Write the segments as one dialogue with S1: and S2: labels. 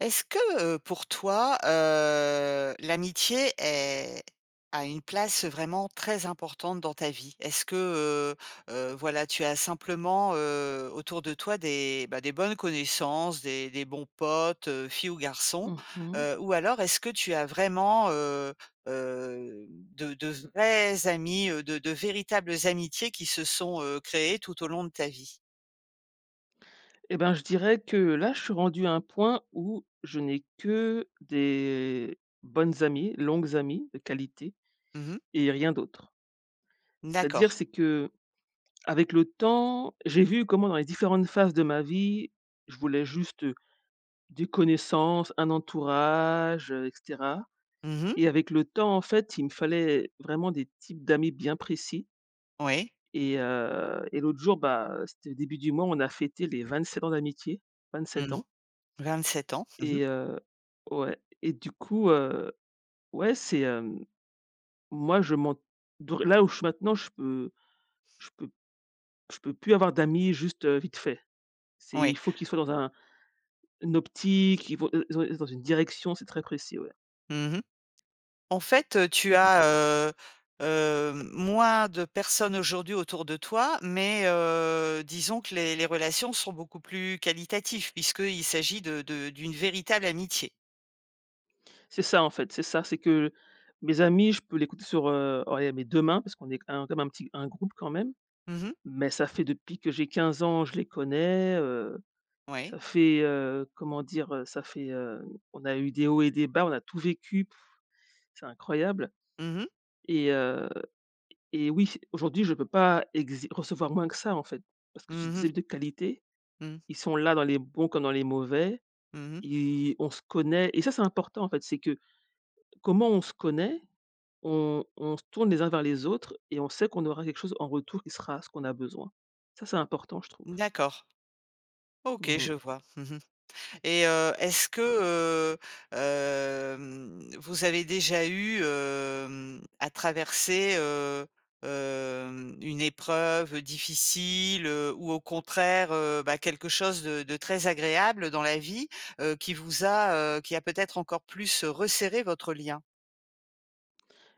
S1: Est-ce que, pour toi, l'amitié est a une place vraiment très importante dans ta vie? Est-ce que, voilà, tu as simplement, autour de toi des, bah, des bonnes connaissances, des bons potes, filles ou garçons?
S2: Mmh mh
S1: Ou alors est-ce que tu as vraiment, de vrais amis, de véritables amitiés qui se sont, créées tout au long de ta vie?
S2: Et ben, je dirais que là, je suis rendu à un point où je n'ai que des bonnes amies, longues amies de qualité
S1: Mmh.
S2: et rien d'autre. C'est-à-dire,
S1: D'accord.
S2: c'est qu'avec le temps, j'ai vu comment dans les différentes phases de ma vie, je voulais juste des connaissances, un entourage, et cetera,
S1: Mmh mh.
S2: et avec le temps, en fait, il me fallait vraiment des types d'amis bien précis.
S1: Oui.
S2: Et l'autre jour, bah, c'était début du mois, on a fêté les 27 ans d'amitié, 27
S1: Mmh.
S2: ans.
S1: 27 ans.
S2: Et heu, ouais, ouais, c'est, hem, moi je m'en dr là où je suis maintenant, je peux je peux plus avoir d'amis juste, vite fait. C'est,
S1: Oui.
S2: il faut qu'ils soient dans un une optique, il faut ils ont dans une direction, c'est très précis, ouais.
S1: Mmh. En fait, tu
S2: Mmh
S1: as, moins de personnes aujourd'hui autour de toi, mais disons que les relations sont beaucoup plus qualitatives puisqu'il s'agit de d'une véritable amitié.
S2: C'est ça, en fait, c'est ça, c'est que mes amis, je peux les écouter sur, oh, allez, mes 2 mains parce qu'on est un comme un petit un groupe quand même,
S1: Mmh.
S2: mais ça fait depuis que j'ai 15 ans, je les connais.
S1: Oui.
S2: Ça fait, comment dire? Ça fait, on a eu des hauts et des bas, on a tout vécu. C'est incroyable.
S1: Mmh mh.
S2: Et heu et oui, aujourd'hui, je ne peux pas exi recevoir moins que ça, en fait, parce que j'ai
S1: Mmh
S2: des
S1: mh.
S2: amis de qualité,
S1: Mmh.
S2: ils sont là dans les bons comme dans les mauvais,
S1: Mmh.
S2: ils on se connaît et ça, c'est important, en fait, c'est que comment on se connaît, on se tourne les uns vers les autres et on sait qu'on aura quelque chose en retour qui sera ce qu'on a besoin. Ça, c'est important, je trouve.
S1: D'accord. OK,
S2: Mmh
S1: je vois. Mmh. Et est-ce que, heu, hem, vous avez déjà eu, hem, à traverser, hem, une épreuve difficile, ou au contraire, bah, quelque chose de très agréable dans la vie, qui vous a, qui a peut-être encore plus resserré votre lien?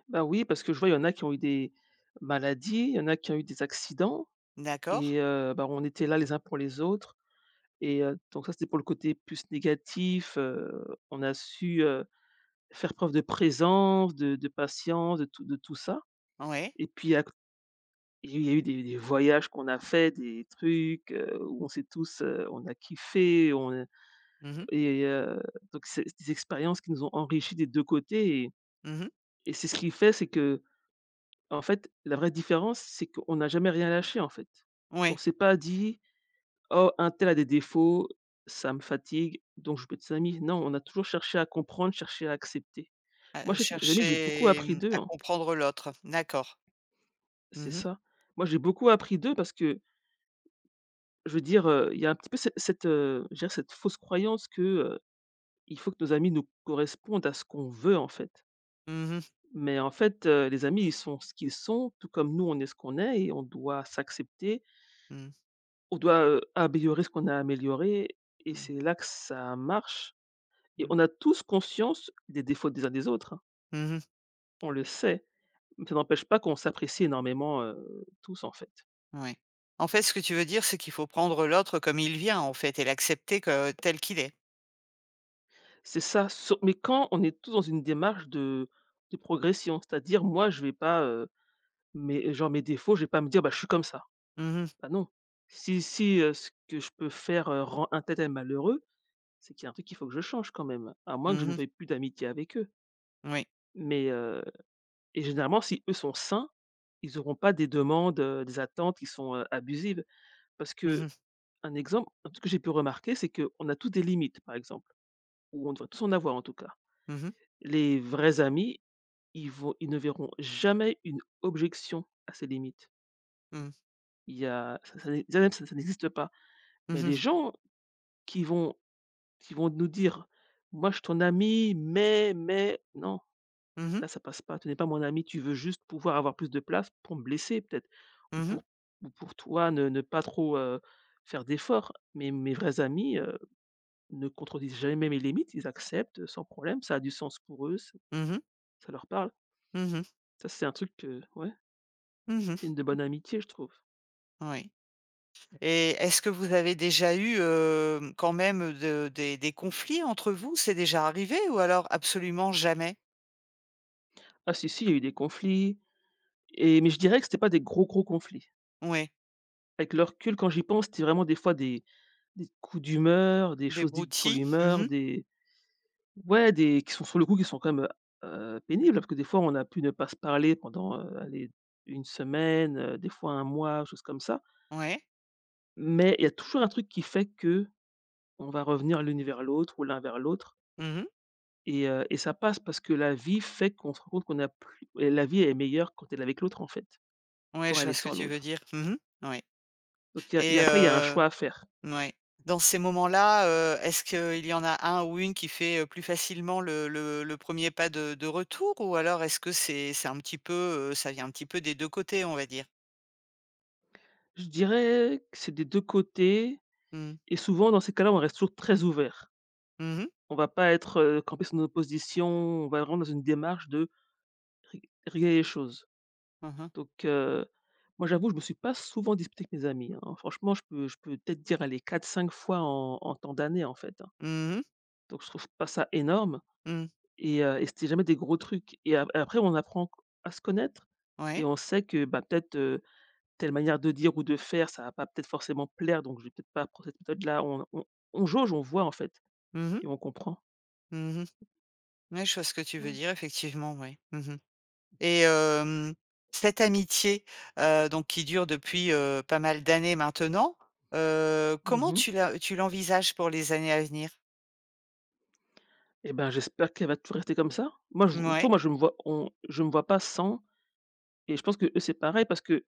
S2: Bah, oui, parce que je vois, il y en a qui ont eu des maladies, il y en a qui ont eu des accidents,
S1: D'accord.
S2: bah, on était là les uns pour les autres. Et donc ça, c'était pour le côté plus négatif. On a su faire preuve de présence, de patience, de tout ça.
S1: Oui.
S2: Et puis à c il y a eu des voyages qu'on a fait, des trucs où on s'est tous, on a kiffé, on a…
S1: Mmh mh.
S2: et heu, donc c'est, des expériences qui nous ont enrichis des 2 côtés
S1: Mmh.
S2: et c'est ce qui fait, c'est que en fait, la vraie différence, c'est qu'on n'a jamais rien lâché, en fait. On
S1: Oui,
S2: s'est pas dit : « Oh, un tel a des défauts, ça me fatigue, donc je veux des amis. » Non, on a toujours cherché à comprendre, cherché à accepter. Moi,
S1: à
S2: je sais que mes amis, j'ai beaucoup
S1: chercher,
S2: appris
S1: mmh,
S2: d'eux,
S1: à
S2: hein,
S1: comprendre l'autre. D'accord.
S2: c'est
S1: Mmh mh.
S2: ça. Moi, j'ai beaucoup appris d'eux parce que, je veux dire, il y a un petit peu ce cette, je dirais, cette fausse croyance que il faut que nos amis nous correspondent à ce qu'on veut, en fait.
S1: Mmh mh.
S2: Mais en fait, les amis, ils sont ce qu'ils sont, tout comme nous, on est ce qu'on est, et on doit s'accepter.
S1: Mmh.
S2: On doit, améliorer ce qu'on a amélioré, et
S1: Mmh.
S2: c'est là que ça marche. Et
S1: Mmh.
S2: on a tous conscience des défauts des uns des autres, hein,
S1: Mmh.
S2: on le sait, mais ça n'empêche pas qu'on s'apprécie énormément, tous en fait.
S1: Ouais. En fait, ce que tu veux dire, c'est qu'il faut prendre l'autre comme il vient, en fait, et l'accepter que tel qu'il est.
S2: C'est ça, sau mais quand on est tous dans une démarche de progression, c'est-à-dire moi je vais pas, mes défauts, je vais pas me dire : « Bah, je suis comme ça. »
S1: Mmh mh.
S2: Bah, non. Si, si, ce que je peux faire, rend un tel tel malheureux, c'est qu'il y a un truc qu'il faut que je change quand même, à moins que je ne
S1: Mmh.
S2: veuille plus d'amitié avec eux.
S1: Oui.
S2: Mais, et généralement si eux sont sains, ils n'auront pas des demandes, des attentes qui sont, abusives, parce
S1: Mmh
S2: que…
S1: mh.
S2: Un exemple, un truc que j'ai pu remarquer, c'est qu'on a tous des limites, par exemple, ou on devrait tous en avoir, en tout cas.
S1: Mmh mh.
S2: Les vrais amis, ils ne verront jamais une objection à ces limites.
S1: Mmh.
S2: Il y a, ça n'existe pas. Mais
S1: Mmh
S2: les
S1: mh.
S2: gens qui vont qui vont nous dire : « Moi, je suis ton ami, mais, non,
S1: Mmh mh.
S2: là, ça passe pas. Tu n'es pas mon ami, tu veux juste pouvoir avoir plus de place pour me blesser peut-être, ou pour ou pour toi ne pas trop, faire d'efforts. Mais mes vrais amis, ne contredisent jamais mes limites, ils acceptent, sans problème, ça a du sens pour eux,
S1: Mmh.
S2: ça leur parle. Ça, c'est un truc que, ouais, c'est
S1: Mmh.
S2: une de bonne amitié, je trouve.
S1: Oui. Et est-ce que vous avez déjà eu, quand même de des conflits entre vous? C'est déjà arrivé ou alors absolument jamais?
S2: Ah si, si, il y a eu des conflits, et mais je dirais que c'était pas des gros, gros conflits.
S1: Oui.
S2: Avec le recul, quand j'y pense, c'était vraiment des fois des coups d'humeur, des
S1: Des
S2: choses dites sur
S1: broutilles?
S2: l'humeur,
S1: Mmh.
S2: des… Ouais, des qui sont sur le coup, qui sont quand même, pénibles, parce que des fois, on a pu ne pas se parler pendant, allez, 1 semaine, des fois un mois, choses comme ça.
S1: Oui. Ouais.
S2: Mais il y a toujours un truc qui fait que on va revenir l'une vers l'autre ou l'un vers l'autre,
S1: Mmh.
S2: et ça passe parce que la vie fait qu'on se rend compte qu'on a plus, et la vie est meilleure quand elle est avec l'autre, en fait, que
S1: Ouais,
S2: quand
S1: je
S2: elle
S1: vois
S2: est
S1: ce que
S2: sans
S1: tu veux
S2: l'autre.
S1: dire. Mmh mh. Ouais.
S2: Donc il y a… et
S1: Et
S2: après il y a un choix à faire.
S1: ouais. Dans ces moments-là, est-ce qu'il y en a un ou une qui fait, plus facilement le 1er pas de de retour ou alors est-ce que c'est un petit peu, ça vient un petit peu des deux côtés, on va dire?
S2: Je dirais que c'est des 2 côtés,
S1: Mmh.
S2: et souvent dans ces cas-là, on reste toujours très ouvert.
S1: Mmh mh.
S2: On va pas être, campé sur nos positions, on va vraiment dans une démarche de ré régler les choses.
S1: Mmh mh.
S2: Donc moi j'avoue, je me suis pas souvent disputé avec mes amis, hein. Franchement, je peux peut-être dire, aller quatre cinq fois en tant d'années, en fait, hein.
S1: Mmh.
S2: Donc je trouve pas ça énorme.
S1: Mmh.
S2: Et c'était jamais des gros trucs, et ap après on apprend q à se connaître et
S1: Ouais.
S2: on sait que, bah, peut-être, telle manière de dire ou de faire, ça va pas peut-être forcément plaire, donc je vais peut-être pas prendre cette méthode-là. On jauge, on voit, en fait,
S1: Mmh mh.
S2: et on comprend.
S1: Mmh. Ouais, je vois ce que tu veux
S2: Ouais.
S1: dire effectivement, ouais. Mmh. Et hem, cette amitié, donc qui dure depuis, pas mal d'années maintenant,
S2: Mmh
S1: comment
S2: mh
S1: tu l'envisages pour les années à venir?
S2: Et ben, j'espère qu'elle va toujours rester comme ça.
S1: Mouais.
S2: Moi, je me vois pas sans, et je pense qu'eux, c'est pareil, parce que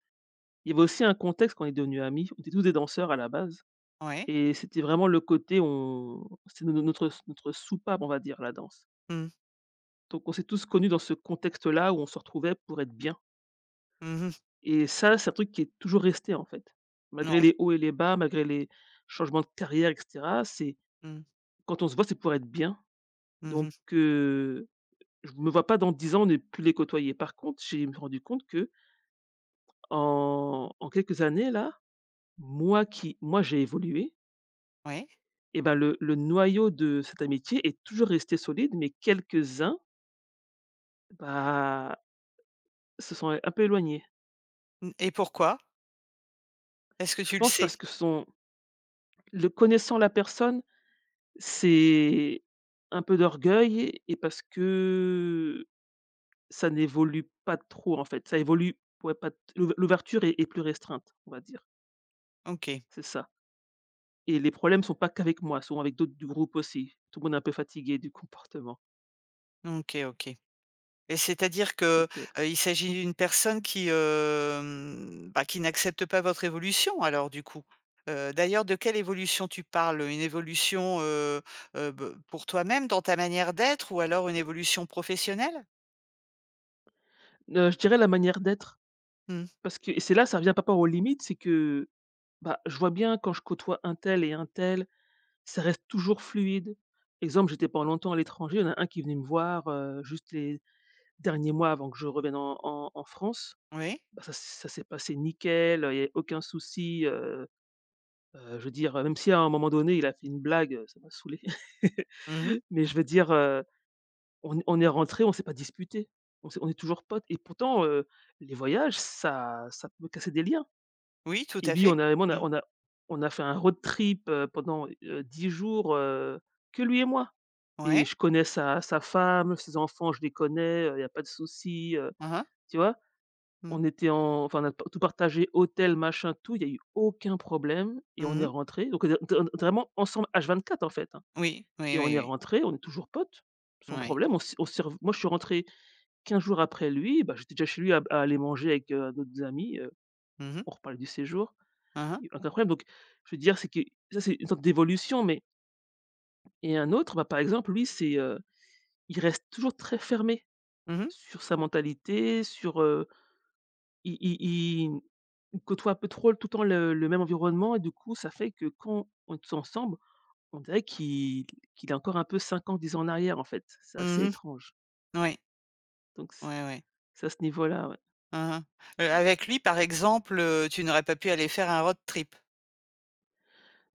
S2: il y avait aussi un contexte quand on est devenus amis. On était tous des danseurs à la base
S1: Ouais.
S2: et c'était vraiment le côté on c'était no no notre s notre soupape, on va dire, la danse.
S1: Mmh.
S2: Donc on s'est tous connus dans ce contexte-là où on se retrouvait pour être bien,
S1: Mmh.
S2: et ça, c'est un truc qui est toujours resté, en fait. Malgré
S1: Ouais.
S2: les hauts et les bas, malgré les changements de carrière et cetera, c'est…
S1: Mmh.
S2: quand on se voit, c'est pour être bien. Donc
S1: Mmh.
S2: je me vois pas dans 10 ans ne plus les côtoyer. Par contre, j'ai me rendu compte que en quelques années là, moi j'ai évolué,
S1: Ouais.
S2: et ben le noyau de cette amitié est toujours resté solide, mais quelques-uns, bah, se sont un peu éloignés.
S1: N et pourquoi? Est-ce que
S2: Je
S1: tu le
S2: pense
S1: sais?
S2: parce que ce sont… Le connaissant, la personne, c'est un peu d'orgueil, et parce que ça n'évolue pas trop, en fait. Ça évolue, ouais, pas t l'ouver l'ouverture est plus restreinte, on va dire.
S1: OK.
S2: C'est ça, et les problèmes sont pas qu'avec moi, sont avec d'autres du groupe aussi. Tout le monde est un peu fatigué du comportement.
S1: OK, OK. Et c'est-à-dire que,
S2: Donc,
S1: il s'agit d'une personne qui, hem, bah, qui n'accepte pas votre évolution alors du coup? D'ailleurs de quelle évolution tu parles? Une évolution, be pour toi-même dans ta manière d'être ou alors une évolution professionnelle?
S2: je dirais la manière d'être,
S1: Mmh.
S2: parce que et c'est là, ça revient pas par aux limites, c'est que, bah, je vois bien quand je côtoie un tel et un tel, ça reste toujours fluide. Exemple, j'étais pendant longtemps à l'étranger, il y en a un qui venait me voir, juste les derniers mois avant que je revienne en France.
S1: Oui.
S2: Bah, ça ça s'est passé nickel, il y a aucun souci. Je veux dire, même si à un moment donné, il a fait une blague, ça m'a saoulé.
S1: Mmh.
S2: Mais je veux dire, on est rentrés, on s'est pas disputé, on est toujours potes, et pourtant, les voyages, ça peut casser des liens.
S1: Oui, tout
S2: Et
S1: à
S2: lui, on
S1: fait.
S2: a moi,
S1: Mmh.
S2: on a fait un road trip, pendant, 10 jours, que lui et moi. Et
S1: Ouais.
S2: je connais sa femme, ses enfants, je les connais, il y a pas de souci,
S1: Hein, hein.
S2: tu vois?
S1: Mmh.
S2: On était en enfin, on a tout partagé, hôtel, machin, tout. Il y a eu aucun problème et on est
S1: Mmh.
S2: rentrés. Donc on est vraiment ensemble H24, en fait, hein,
S1: Oui. Oui,
S2: et on
S1: oui,
S2: est
S1: oui.
S2: rentrés, on est toujours potes,
S1: Oui.
S2: sans
S1: Ouais.
S2: problème. On s'est rev Moi, je suis rentré 15 jours après lui. Bah, j'étais déjà chez lui à aller manger avec, d'autres amis,
S1: Mmh mh.
S2: on reparlait du séjour.
S1: Hein hein.
S2: Il y a eu aucun problème, donc je veux dire, c'est que ça, c'est une sorte d'évolution. Mais et un autre, bah, par exemple, lui, c'est, il reste toujours très fermé
S1: Mmh.
S2: sur sa mentalité. Ils ils ils ils côtoient un peu trop tout le temps le même environnement, et du coup, ça fait que quand on est tous ensemble, on dirait qu'il est encore un peu 5 ans, 10 ans en arrière, en fait. C'est assez
S1: Mmh.
S2: étrange.
S1: Oui.
S2: Donc
S1: Ouais, ouais.
S2: c'est à ce niveau-là, ouais.
S1: Hein, hein. Avec lui, par exemple, tu n'aurais pas pu aller faire un road trip?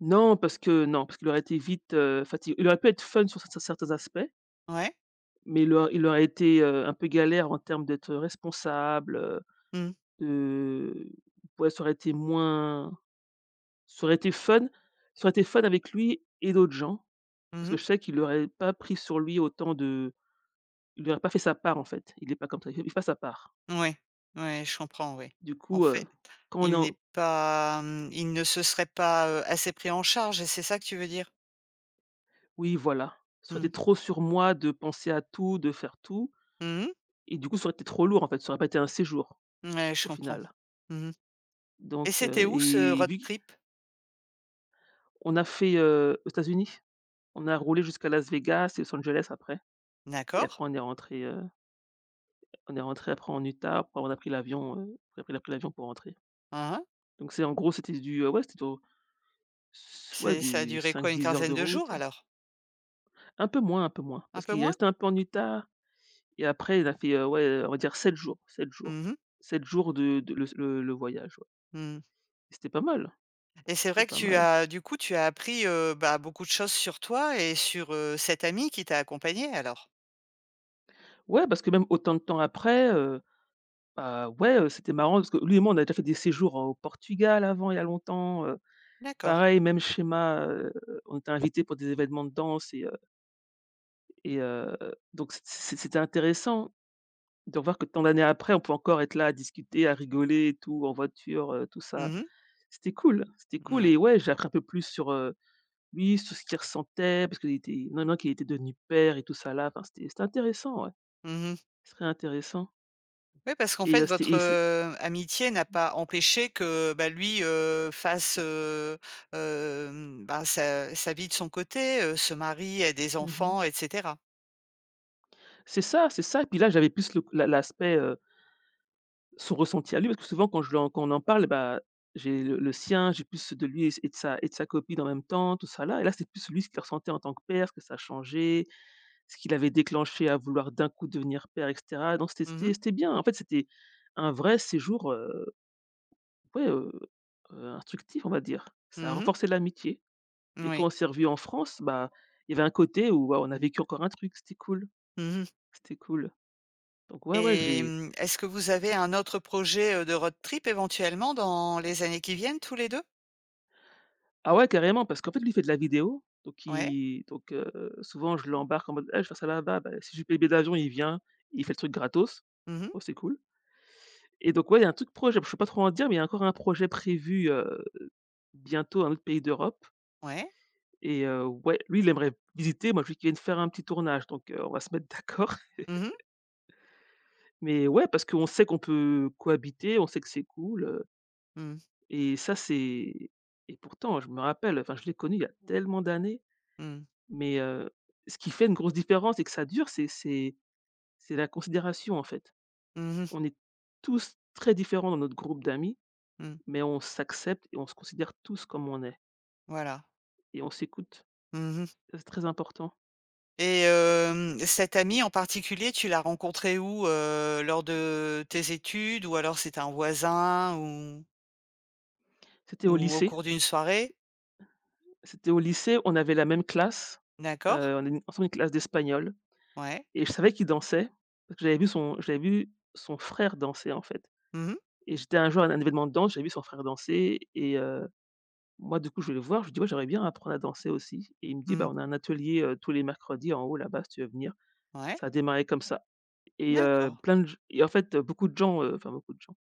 S2: Non, parce que non, parce qu'il aurait été vite, fati il aurait pu être fun sur certains aspects,
S1: Ouais.
S2: mais il aurait été, un peu galère en termes d'être responsable,
S1: Mmh.
S2: de ouais, ça aurait été fun. Ça aurait été fun avec lui et d'autres gens. Parce que
S1: Mmh.
S2: je sais qu'il aurait pas pris sur lui autant de il aurait pas fait sa part, en fait. Il est pas comme ça, il fait pas sa part.
S1: Ouais. Ouais, je comprends, oui.
S2: Du
S1: En
S2: coup,
S1: fait,
S2: quand on est
S1: il
S2: en
S1: n'est pas, mmh, il ne se serait pas, assez pris en charge et c'est ça que tu veux dire?
S2: Oui, voilà, ça aurait
S1: Mmh.
S2: été trop sur moi de penser à tout, de faire tout,
S1: Mmh.
S2: et du coup ça aurait été trop lourd, en fait, ça aurait pas été un séjour
S1: Ouais, je
S2: au
S1: comprends.
S2: final.
S1: Mmh. Et
S2: Donc
S1: c'était où ce
S2: et
S1: road
S2: vu
S1: trip?
S2: qu'on a fait, aux États-Unis. On a roulé jusqu'à Las Vegas et Los Angeles, après et
S1: D'accord.
S2: après on est rentrés après en Utah, après on a pris l'avion pour rentrer.
S1: Hein, hein.
S2: Donc c'est, en gros, c'était du, ouais c'était au s ouais
S1: C'est ça a
S2: du
S1: duré
S2: cinq
S1: quoi? Une
S2: dix heures
S1: quinzaine
S2: de
S1: de jours
S2: route.
S1: alors?
S2: Un peu moins,
S1: Un
S2: parce
S1: peu
S2: qu'il est
S1: moins?
S2: resté un peu en Utah et après il a fait, on va dire 7 jours, 7 jours.
S1: Mmh mh.
S2: Sept jours de le voyage, ouais.
S1: Mmh.
S2: C'était pas mal,
S1: Et c'est
S2: c'était
S1: vrai que
S2: pas
S1: tu
S2: mal.
S1: as du coup, tu as appris, bah, beaucoup de choses sur toi et sur, cette amie qui t'a accompagnée alors?
S2: Ouais, parce que même autant de temps après, bah, ouais, c'était marrant parce que lui et moi, on a déjà fait des séjours au Portugal avant, il y a longtemps.
S1: D'accord.
S2: Pareil, même schéma, on était invités pour des événements de danse et donc c'était intéressant de voir que tant d'années après, on peut encore être là à discuter, à rigoler et tout, en voiture, tout ça.
S1: Mmh.
S2: C'était cool, c'était cool,
S1: Ouais.
S2: et ouais, j'ai appris un peu plus sur, lui, sur ce qu'il ressentait parce qu'il était maintenant qu'il était devenu père et tout ça là, enfin c'était intéressant, ouais.
S1: Mmh.
S2: C'est très intéressant,
S1: Oui, parce qu'en
S2: et
S1: fait votre, amitié n'a pas empêché que, bah, lui, fasse, hem, bah, sa vie de son côté, se marie, ait des
S2: mmh
S1: enfants et cetera?
S2: c'est ça, c'est ça, et puis là, j'avais plus le la l'aspect, son ressenti à lui, parce que souvent quand je lui quand on en parle, bah, j'ai le sien, j'ai plus de lui et de sa copine en même temps, tout ça là, et là, c'est plus lui ce qu'il ressentait en tant que père, ce que ça a changé, ce qu'il avait déclenché à vouloir d'un coup devenir père, et cetera. Donc c'était
S1: Mmh mh.
S2: c'était bien. En fait, c'était un vrai séjour, ouais, instructif, on va dire. Ça a
S1: Mmh.
S2: renforcé l'amitié et quand
S1: Oui.
S2: on s'est revus en France, bah, il y avait un côté où, waouh, on a vécu encore un truc, c'était cool,
S1: Mmh.
S2: c'était cool. Donc ouais, ouais,
S1: Et
S2: j'ai
S1: hem, est-ce que vous avez un autre projet, de road trip éventuellement dans les années qui viennent tous les deux?
S2: ah ouais, carrément, parce qu'en fait, lui, il fait de la vidéo, donc
S1: Ouais.
S2: il donc souvent, je l'embarque en mode: «Ah, je vais faire ça là-bas», bah, si je paye le billet d'avion, il vient, il fait le truc gratos.
S1: Mmh.
S2: Oh, c'est cool, et donc ouais, il y a un truc projet, je ne peux pas trop en dire, mais il y a encore un projet prévu, bientôt, dans un autre pays d'Europe.
S1: Ouais.
S2: Et ouais, lui, il aimerait visiter, moi, je veux qu'il vienne faire un petit tournage, donc on va se mettre d'accord.
S1: Mmh mh.
S2: Mais ouais, parce qu'on sait qu'on peut cohabiter, on sait que c'est cool,
S1: Mmh.
S2: et ça, c'est et pourtant, je me rappelle, enfin, je l'ai connu il y a tellement d'années,
S1: Mmh.
S2: mais ce qui fait une grosse différence et que ça dure, c'est c'est la considération, en fait.
S1: Mmh.
S2: On est tous très différents dans notre groupe d'amis,
S1: Mmh. Mmh.
S2: mais on s'accepte et on se considère tous comme on est,
S1: Voilà.
S2: et on s'écoute.
S1: Mmh.
S2: Ça, c'est très important.
S1: Et hem, cette amie en particulier, tu l'as rencontrée où? Lors de tes études ou alors c'était un voisin
S2: C'était au
S1: ou au
S2: lycée.
S1: cours d'une soirée?
S2: C'était au lycée, on avait la même classe,
S1: D'accord.
S2: on est ensemble une classe d'espagnol.
S1: Ouais.
S2: Et je savais qu'il dansait parce que j'avais vu son frère danser, en fait,
S1: Mmh mh.
S2: et j'étais un jour à un événement de danse, j'avais vu son frère danser, et moi, du coup, je vais le voir, je lui dis: «Ouais, j'aimerais bien apprendre à danser aussi», et il me dit: «Bah,
S1: Mmh.
S2: on a un atelier, tous les mercredis en haut là-bas si tu veux venir».
S1: Ouais.
S2: Ça a démarré comme ça, et
S1: D'accord.
S2: plein de g et en fait, enfin beaucoup de gens,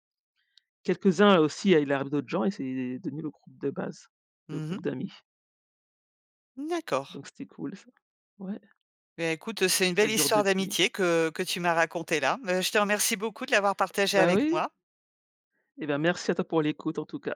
S2: quelques-uns aussi, il est arrivé d'autres gens et c'est devenu le groupe de base, le
S1: Mmh.
S2: groupe d'amis.
S1: D'accord.
S2: Donc c'était cool ça. Ouais,
S1: Beh, écoute, c'est une
S2: ça
S1: belle
S2: dure
S1: histoire
S2: depuis.
S1: d'amitié que tu m'as racontée là. Je te remercie beaucoup de l'avoir partagée
S2: Bah,
S1: avec
S2: oui,
S1: moi.
S2: et bah, merci à toi pour l'écoute en tout cas.